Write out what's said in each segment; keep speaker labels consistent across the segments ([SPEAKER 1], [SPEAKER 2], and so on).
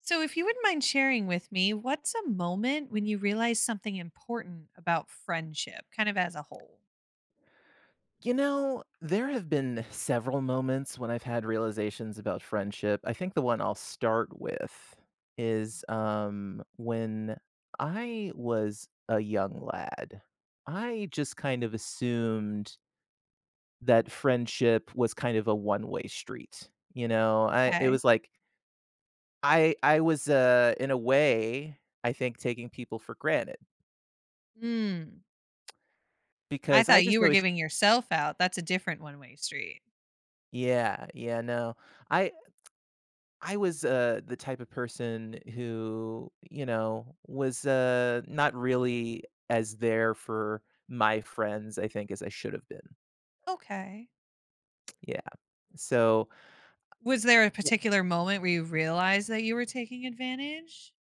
[SPEAKER 1] So, if you wouldn't mind sharing with me, what's a moment when you realize something important about friendship, kind of as a whole?
[SPEAKER 2] You know, there have been several moments when I've had realizations about friendship. I think the one I'll start with is when I was a young lad, I just kind of assumed that friendship was kind of a one-way street. You know, I it
[SPEAKER 1] Okay.
[SPEAKER 2] was like I was in a way I think taking people for granted
[SPEAKER 1] Mm. I
[SPEAKER 2] because I
[SPEAKER 1] thought you
[SPEAKER 2] just
[SPEAKER 1] were
[SPEAKER 2] always
[SPEAKER 1] giving yourself out. That's a different one way street.
[SPEAKER 2] yeah, yeah, no, I I was, the type of person who, you know, was, not really as there for my friends, I think, as I should have been.
[SPEAKER 1] Okay.
[SPEAKER 2] Yeah. So,
[SPEAKER 1] Was there a
[SPEAKER 2] w
[SPEAKER 1] particular moment where you realized that you were taking advantage?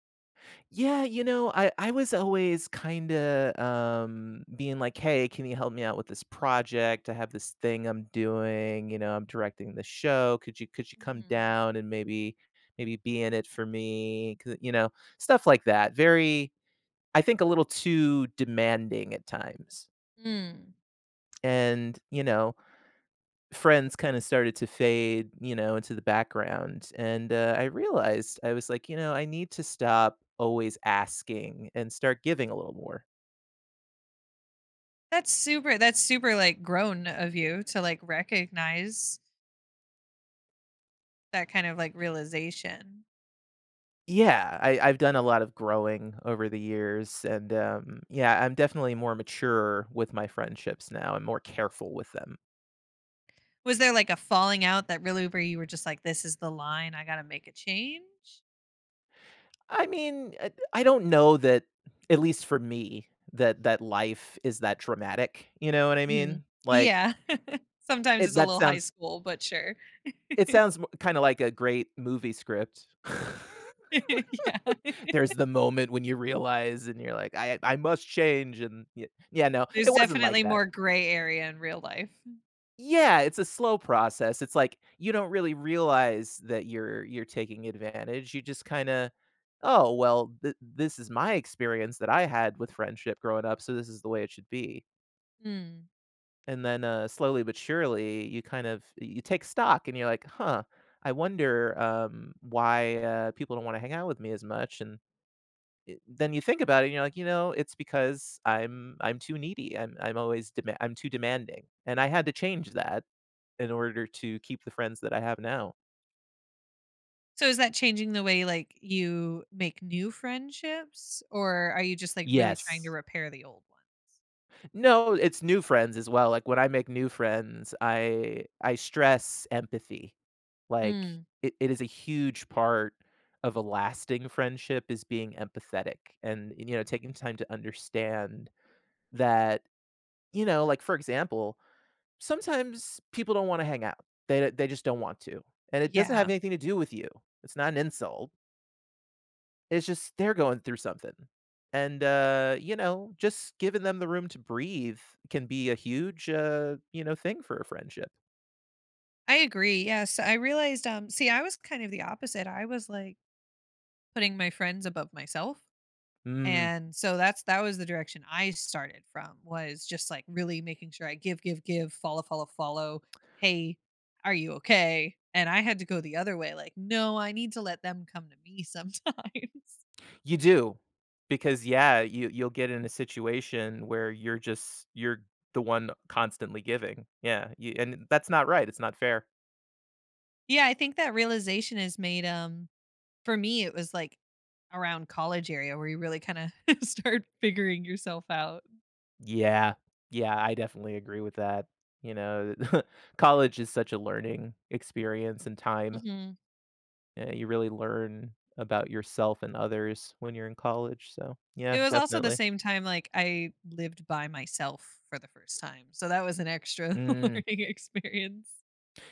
[SPEAKER 2] yeah, you know, I was always kinda, being like, "Hey, can you help me out with this project? I have this thing I'm doing, you know, I'm directing the show. Could you come
[SPEAKER 1] Hmm.
[SPEAKER 2] down and maybe be in it for me?" 'Cau you know, stuff like that. Very I think a little too demanding at times.
[SPEAKER 1] Mm.
[SPEAKER 2] And, you know, friends kinda started to fade, you know, into the background, and, I realized I was like, "You know, I need to stop always asking and start giving a little more."
[SPEAKER 1] That's super. That's super like grown of you to like recognize that kind of like realization.
[SPEAKER 2] Yeah, I've done a lot of growing over the years, and, yeah, I'm definitely more mature with my friendships now and more careful with them.
[SPEAKER 1] Was there, like, a falling out that really where you were just like, "This is the line, I gotta make a change?"
[SPEAKER 2] I mean, I don't know that at least for me, that that life is that dramatic, you know what I
[SPEAKER 1] Mhm.
[SPEAKER 2] mean? Like,
[SPEAKER 1] Yeah. Sometimes
[SPEAKER 2] it
[SPEAKER 1] it's a
[SPEAKER 2] that
[SPEAKER 1] little high
[SPEAKER 2] sounds
[SPEAKER 1] school, but sure.
[SPEAKER 2] it sounds kinda like a great movie script.
[SPEAKER 1] Yeah.
[SPEAKER 2] There's the moment when you realize and you're like, "I must change," and y yeah, no,
[SPEAKER 1] There's
[SPEAKER 2] it wasn't like
[SPEAKER 1] definitely
[SPEAKER 2] that.
[SPEAKER 1] more gray area in real life.
[SPEAKER 2] Yeah, it's a slow process, it's like, you don't really realize that you're taking advantage, you just kinda, "Oh, well, th this is my experience that I had with friendship growing up, so this is the way it should be."
[SPEAKER 1] Mm,
[SPEAKER 2] And then, slowly but surely, you kind of you take stock and you're like, "Huh, I wonder, why, people don't wanna hang out with me as much," and it then you think about it and you're like, "You know, it's because I'm too needy, I'm always dema I'm too demanding," and I had to change
[SPEAKER 1] mhm.
[SPEAKER 2] that in order to keep the friends that I have now.
[SPEAKER 1] So is that changing the way, like, you make new friendships, or are you just, like, really trying to
[SPEAKER 2] Yes.
[SPEAKER 1] repair the old one?
[SPEAKER 2] No, it's new friends as well, like, when I make new friends, I stress empathy. Like,
[SPEAKER 1] Mm,
[SPEAKER 2] it is a huge part of a lasting friendship is being empathetic and, you know, taking time to understand that, you know, like, for example, sometimes people don't wanna hang out. They just don't want to, and it doesn't
[SPEAKER 1] yeah.
[SPEAKER 2] have anything to do with you. It's not an insult. It's just they're going through something. And, you know, just giving them the room to breathe can be a huge, you know, thing for a friendship.
[SPEAKER 1] I agree, yes. I realized, see, I was kind of the opposite. I was, like, putting my friends above myself.
[SPEAKER 2] Mm,
[SPEAKER 1] And so that's that was the direction I started from, was just like really making sure I give, give, give, follow, follow, follow. Hey, are you okay? And I had to go the other way, like, no, I need to let them come to me sometimes.
[SPEAKER 2] you do. Because yeah, you you'll get in a situation where you're just you're the one constantly giving. Yeah, you, and that's not right. It's not fair.
[SPEAKER 1] Yeah, I think that realization is made, for me it was like around college area where you really kind of start figuring yourself out.
[SPEAKER 2] Yeah. Yeah, I definitely agree with that. You know, college is such a learning experience and time.
[SPEAKER 1] Hmm.
[SPEAKER 2] Yeah, you really learn about yourself and others when you're in college, so yeah,
[SPEAKER 1] It was also the
[SPEAKER 2] definitely.
[SPEAKER 1] same time like I lived by myself for the first time. So that was an extra
[SPEAKER 2] Mm.
[SPEAKER 1] learning experience.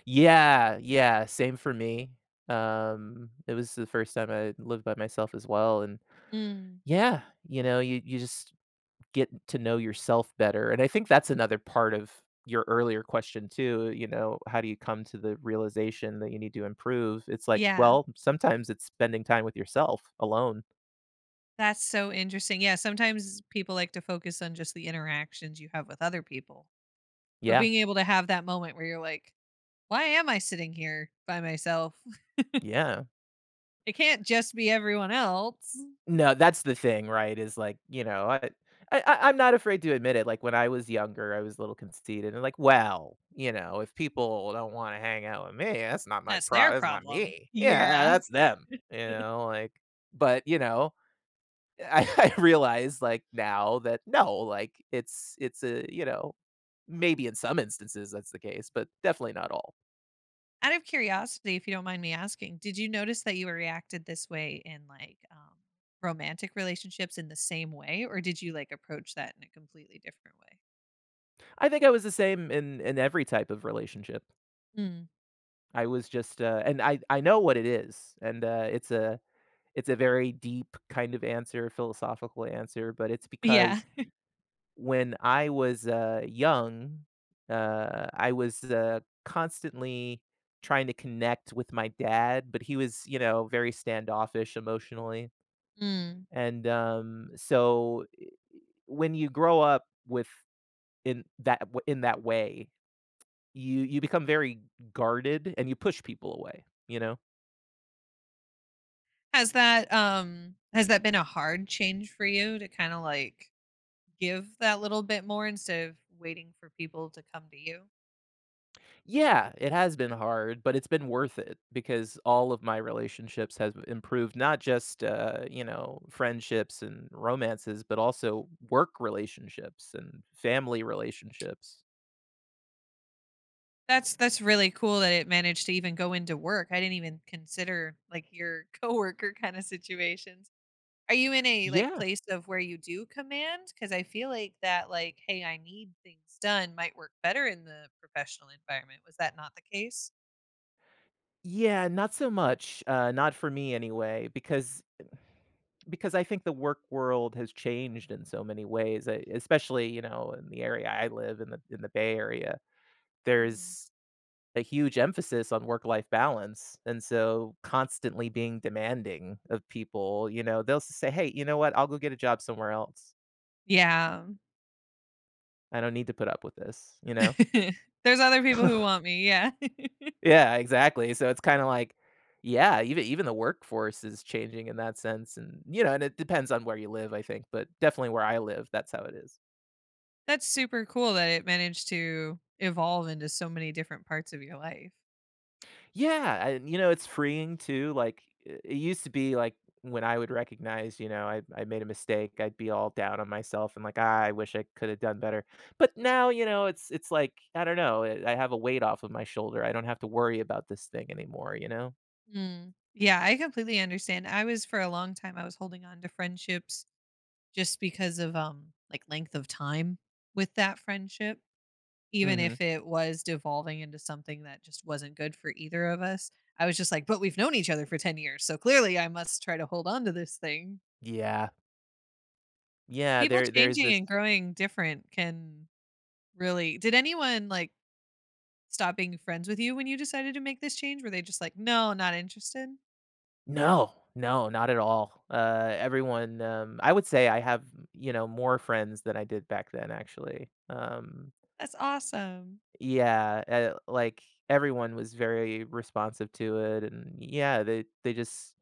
[SPEAKER 2] Yeah, yeah, same for me. It was the first time I lived by myself as well, and
[SPEAKER 1] Mm.
[SPEAKER 2] yeah, you know, you just get to know yourself better, and I think that's another part of your earlier question too, you know, how do you come to the realization that you need to improve? It's like,
[SPEAKER 1] Yeah,
[SPEAKER 2] well, sometimes it's spending time with yourself alone.
[SPEAKER 1] that's so interesting. Yeah, sometimes people like to focus on just the interactions you have with other people, but
[SPEAKER 2] Yeah,
[SPEAKER 1] being able to have that moment where you're like, "Why am I sitting here by myself?
[SPEAKER 2] yeah.
[SPEAKER 1] It can't just be everyone else.
[SPEAKER 2] No, that's the thing, right, is, like, you know, I'm not afraid to admit it, like, when I was younger, I was a little conceited and like, "Well, you know, if people don't wanna hang out with me, that's not my
[SPEAKER 1] That's their
[SPEAKER 2] problem. That's not
[SPEAKER 1] problem."
[SPEAKER 2] me. Yeah,
[SPEAKER 1] Yeah.
[SPEAKER 2] that's them." You know, like but, you know, I I realize, like, now that no, like, it's a you know, maybe in some instances that's the case, but definitely not all.
[SPEAKER 1] Out of curiosity, if you don't mind me asking, did you notice that you reacted this way in like, romantic relationships in the same way, or did you like approach that in a completely different way?
[SPEAKER 2] I think I was the same in every type of relationship.
[SPEAKER 1] Mm.
[SPEAKER 2] I was just, and I know what it is, and, it's a it's a very deep kind of answer, philosophical answer, but it's
[SPEAKER 1] Yeah.
[SPEAKER 2] because when I was, young, I was, constantly trying to connect with my dad, but he was, you know, very standoffish emotionally,
[SPEAKER 1] Mm.
[SPEAKER 2] and, so when you grow up with in that w in that way, you become very guarded and you push people away, you know?
[SPEAKER 1] Has that, has that been a hard change for you to kind of like give that little bit more instead of waiting for people to come to you?
[SPEAKER 2] Yeah, it has been hard, but it's been worth it because all of my relationships have improved, not just, you know, friendships and romances, but also work relationships and family relationships.
[SPEAKER 1] That's really cool that it managed to even go into work. I didn't even consider like your coworker kind of situations. Are you in a like
[SPEAKER 2] Yeah.
[SPEAKER 1] place of where you do command? Because I feel like that like, hey, I need things done might work better in the professional environment. Was that not the case?
[SPEAKER 2] Yeah, not so much, not for me anyway, because I think the work world has changed in so many ways, e especially, you know, in the area I live in the Bay Area.
[SPEAKER 1] Hmm.
[SPEAKER 2] There's a huge emphasis on work-life balance, and so constantly being demanding of people, you know, they'll say, "Hey, you know what? I'll go get a job somewhere else.
[SPEAKER 1] Yeah.
[SPEAKER 2] I don't need to put up with this," you know?
[SPEAKER 1] There's other people who want me. Yeah.
[SPEAKER 2] Yeah, exactly, so it's kinda like yeah, even the workforce is changing in that sense, and, you know, and it depends on where you live, I think, but definitely where I live, that's how it is.
[SPEAKER 1] That's super cool that it managed to evolve into so many different parts of your life.
[SPEAKER 2] Yeah, and, you know, it's freeing too, like, it used to be, like, when I would recognize, you know, I made a mistake, I'd be all down on myself and like, "Ah, I wish I could have done better." But now, you know, it's like, I don't know, I have a weight off of my shoulder, I don't have to worry about this thing anymore, you know?
[SPEAKER 1] Mm. Yeah, I completely understand. I was, for a long time I was holding on to friendships just because of, like length of time with that friendship, even
[SPEAKER 2] Mhm.
[SPEAKER 1] if it was devolving into something that just wasn't good for either of us. I was just like, but we've known each other for 10 years, so clearly I must try to hold on to this thing.
[SPEAKER 2] Yeah. Yeah,
[SPEAKER 1] People
[SPEAKER 2] there's
[SPEAKER 1] changing
[SPEAKER 2] this
[SPEAKER 1] and growing different can really. Did anyone like stop being friends with you when you decided to make this change? Were they just like, "No, not interested?"
[SPEAKER 2] no, no, not at all. Everyone, I would say I have, you know, more friends than I did back then, actually,
[SPEAKER 1] That's awesome.
[SPEAKER 2] yeah, like, everyone was very responsive to it, and yeah, they just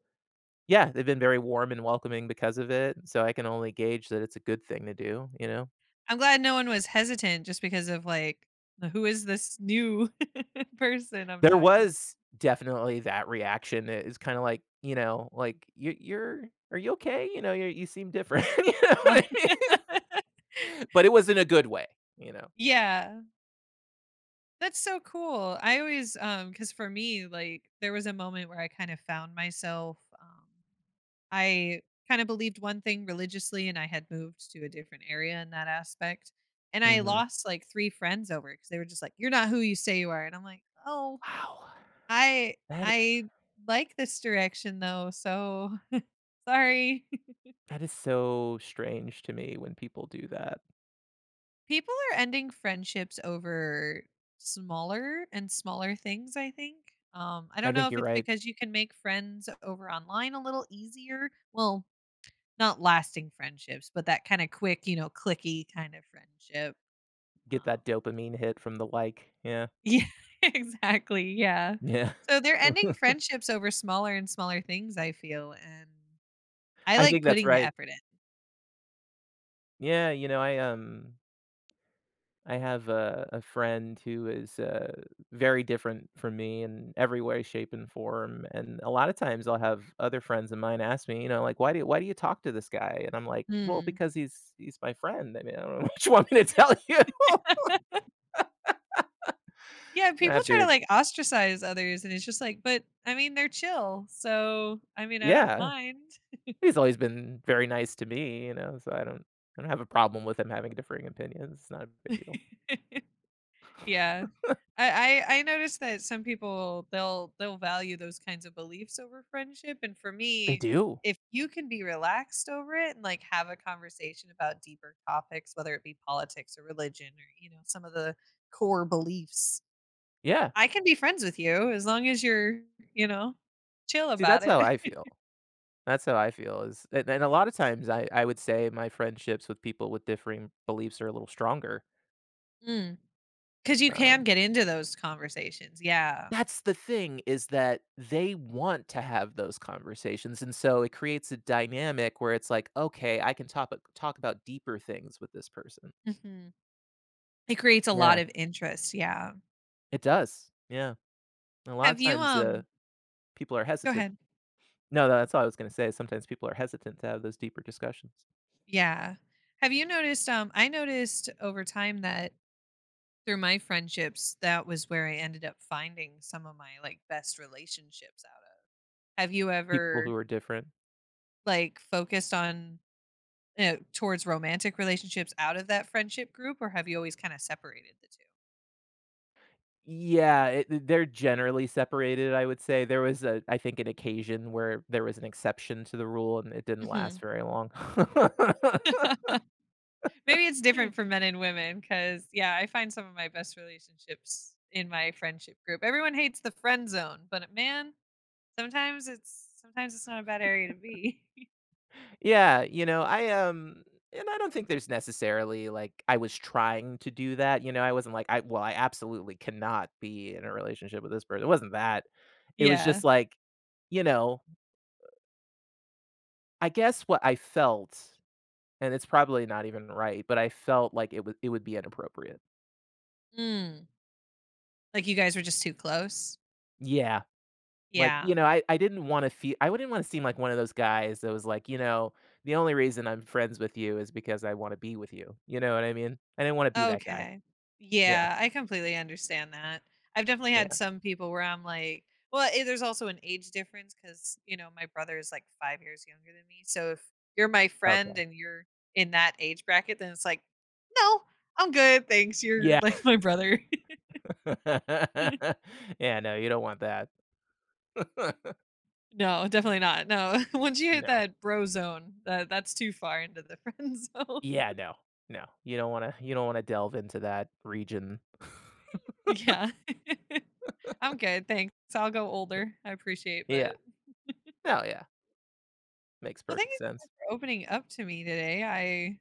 [SPEAKER 2] yeah, they've been very warm and welcoming because of it, so I can only gauge that it's a good thing to do, you know?
[SPEAKER 1] I'm glad no one was hesitant just because of like, "Who is this new person I'm
[SPEAKER 2] There
[SPEAKER 1] talking?"
[SPEAKER 2] was definitely that reaction. It's is kinda like, you know, like, "You you're are you okay? You know, you seem different." You know
[SPEAKER 1] Oh.
[SPEAKER 2] what I mean? But it was in a good way, you know?
[SPEAKER 1] Yeah. That's so cool. I always, cuz for me like there was a moment where I kind of found myself, I kind of believed one thing religiously and I had moved to a different area in that aspect and I
[SPEAKER 2] Mhm.
[SPEAKER 1] lost like 3 friends over cuz they were just like you're not who you say you are and I'm like, "Oh,
[SPEAKER 2] Wow.
[SPEAKER 1] I
[SPEAKER 2] That
[SPEAKER 1] I like this direction though." So, sorry.
[SPEAKER 2] that is so strange to me when people do that.
[SPEAKER 1] People are ending friendships over smaller and smaller things, I think. I
[SPEAKER 2] I
[SPEAKER 1] don't know
[SPEAKER 2] think
[SPEAKER 1] if
[SPEAKER 2] you're
[SPEAKER 1] it's
[SPEAKER 2] right.
[SPEAKER 1] because you can make friends over online a little easier. Well, not lasting friendships, but that kind of quick, you know, clicky kind of friendship.
[SPEAKER 2] Get that
[SPEAKER 1] Um,
[SPEAKER 2] dopamine hit from the like. Yeah.
[SPEAKER 1] yeah, exactly. Yeah.
[SPEAKER 2] Yeah.
[SPEAKER 1] So they're ending friendships over smaller and smaller things, I feel. And I
[SPEAKER 2] I
[SPEAKER 1] like
[SPEAKER 2] think that's
[SPEAKER 1] putting the
[SPEAKER 2] right.
[SPEAKER 1] effort
[SPEAKER 2] Yeah, you know, I have a friend who is, very different from me in every way, shape, and form, and a lot of times I'll have other friends of mine ask me, you know, like, "Why do you talk to this guy?" And I'm like, "Well,
[SPEAKER 1] in.
[SPEAKER 2] because he's my friend. I mean, I don't know what you want me to tell you."
[SPEAKER 1] Mm. Yeah,
[SPEAKER 2] I
[SPEAKER 1] people
[SPEAKER 2] have
[SPEAKER 1] try to
[SPEAKER 2] to
[SPEAKER 1] like ostracize others and it's just like, but I mean they're chill. So, I mean, I don't
[SPEAKER 2] yeah.
[SPEAKER 1] mind.
[SPEAKER 2] He's always been very nice to me, you know, so I don't have a problem with him having differing opinions. It's not a big deal.
[SPEAKER 1] Yeah. I noticed that some people they'll value those kinds of beliefs over friendship, and for
[SPEAKER 2] They
[SPEAKER 1] me,
[SPEAKER 2] do.
[SPEAKER 1] if you can be relaxed over it and like have a conversation about deeper topics, whether it be politics or religion or you know, some of the core beliefs,
[SPEAKER 2] Yeah.
[SPEAKER 1] I can be friends with you as long as you're, you know, chill
[SPEAKER 2] See,
[SPEAKER 1] about
[SPEAKER 2] that's
[SPEAKER 1] it.
[SPEAKER 2] how I feel. That's how I feel is and a lot of times I would say my friendships with people with differing beliefs are a little stronger.
[SPEAKER 1] Mm. 'Cause you can
[SPEAKER 2] Um
[SPEAKER 1] get into those conversations, yeah.
[SPEAKER 2] That's the thing is that they want to have those conversations, and so it creates a dynamic where it's like, "Okay, I can talk about deeper things with this person."
[SPEAKER 1] Mhm. It creates a lot
[SPEAKER 2] Yeah.
[SPEAKER 1] of interest, yeah.
[SPEAKER 2] It does. Yeah. And a lot
[SPEAKER 1] Have
[SPEAKER 2] of
[SPEAKER 1] you,
[SPEAKER 2] times, people are
[SPEAKER 1] go
[SPEAKER 2] hesitant.
[SPEAKER 1] ahead.
[SPEAKER 2] No, that's all I was gonna say. Sometimes people are hesitant to have those deeper discussions.
[SPEAKER 1] Yeah. Have you noticed, I noticed over time that through my friendships, that was where I ended up finding some of my, like, best relationships out of. Have you
[SPEAKER 2] People who
[SPEAKER 1] ever,
[SPEAKER 2] are different.
[SPEAKER 1] like, focused on, towards romantic relationships out of that friendship group, or have you always kinda separated the
[SPEAKER 2] Yeah, it they're generally separated, I would say. There was a I think an occasion where there was an exception to the rule and it
[SPEAKER 1] 2?
[SPEAKER 2] didn't last
[SPEAKER 1] Mhm.
[SPEAKER 2] very long.
[SPEAKER 1] Maybe it's different for men and women because, yeah, I find some of my best relationships in my friendship group. Everyone hates the friend zone, but man, sometimes it's not a bad area to be.
[SPEAKER 2] Yeah, you know, I, and I don't think there's necessarily, like, I was trying to do that, you know, I wasn't like, "I well, I absolutely cannot be in a relationship with this person." It wasn't that. It was
[SPEAKER 1] Yeah.
[SPEAKER 2] just like, you know, I guess what I felt, and it's probably not even right, but I felt like it would be inappropriate.
[SPEAKER 1] Mm. Like you guys were just too close.
[SPEAKER 2] Yeah. Like,
[SPEAKER 1] Yeah.
[SPEAKER 2] you know, I didn't wanna feel. I wouldn't wanna seem like one of those guys that was like, you know, "The only reason I'm friends with you is because I wanna be with you." You know what I mean? I didn't wanna be that guy.
[SPEAKER 1] Okay.
[SPEAKER 2] Yeah,
[SPEAKER 1] Yeah, I completely understand that. I've definitely had
[SPEAKER 2] yeah,
[SPEAKER 1] some people where I'm like, well, there's also an age difference because, you know, my brother is like 5 years younger than me. So if you're my friend
[SPEAKER 2] okay.
[SPEAKER 1] and you're in that age bracket, then it's like, no, I'm good. Thanks. You're
[SPEAKER 2] Yeah.
[SPEAKER 1] like my brother.
[SPEAKER 2] Yeah, no, you don't want that.
[SPEAKER 1] No, definitely not. No. Once you hit
[SPEAKER 2] No.
[SPEAKER 1] that bro zone, that, that's too far into the friend zone.
[SPEAKER 2] Yeah, no, no, you don't wanna delve into that region.
[SPEAKER 1] Yeah. I'm good. Thanks. I'll go older. I appreciate,
[SPEAKER 2] Yeah.
[SPEAKER 1] but
[SPEAKER 2] No, yeah, makes
[SPEAKER 1] well, thank
[SPEAKER 2] perfect
[SPEAKER 1] you so much
[SPEAKER 2] sense.
[SPEAKER 1] for opening up to me today. I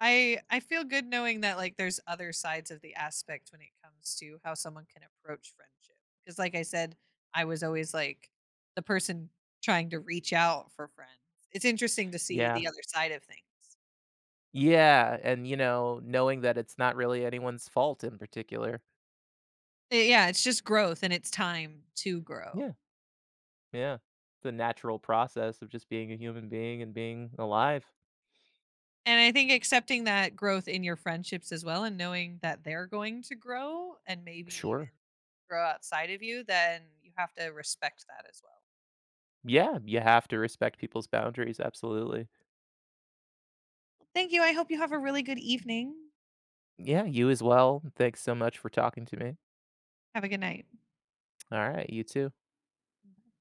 [SPEAKER 1] I I feel good knowing that like there's other sides of the aspect when it comes to how someone can approach friendship. Because like I said, I was always like the person trying to reach out for friends. It's interesting to see
[SPEAKER 2] Yeah.
[SPEAKER 1] the other side of things.
[SPEAKER 2] Yeah, and, you know, knowing that it's not really anyone's fault in particular.
[SPEAKER 1] Eh, yeah, it's just growth and it's time to grow.
[SPEAKER 2] Yeah. Yeah. The natural process of just being a human being and being alive.
[SPEAKER 1] And I think accepting that growth in your friendships as well and knowing that they're going to grow and maybe even
[SPEAKER 2] Sure.
[SPEAKER 1] grow outside of you, then you have to respect that as well.
[SPEAKER 2] Yeah, you have to respect people's boundaries, absolutely.
[SPEAKER 1] Thank you. I hope you have a really good evening.
[SPEAKER 2] Yeah, you as well. Thanks so much for talking to me.
[SPEAKER 1] Have a good night.
[SPEAKER 2] All right, you too.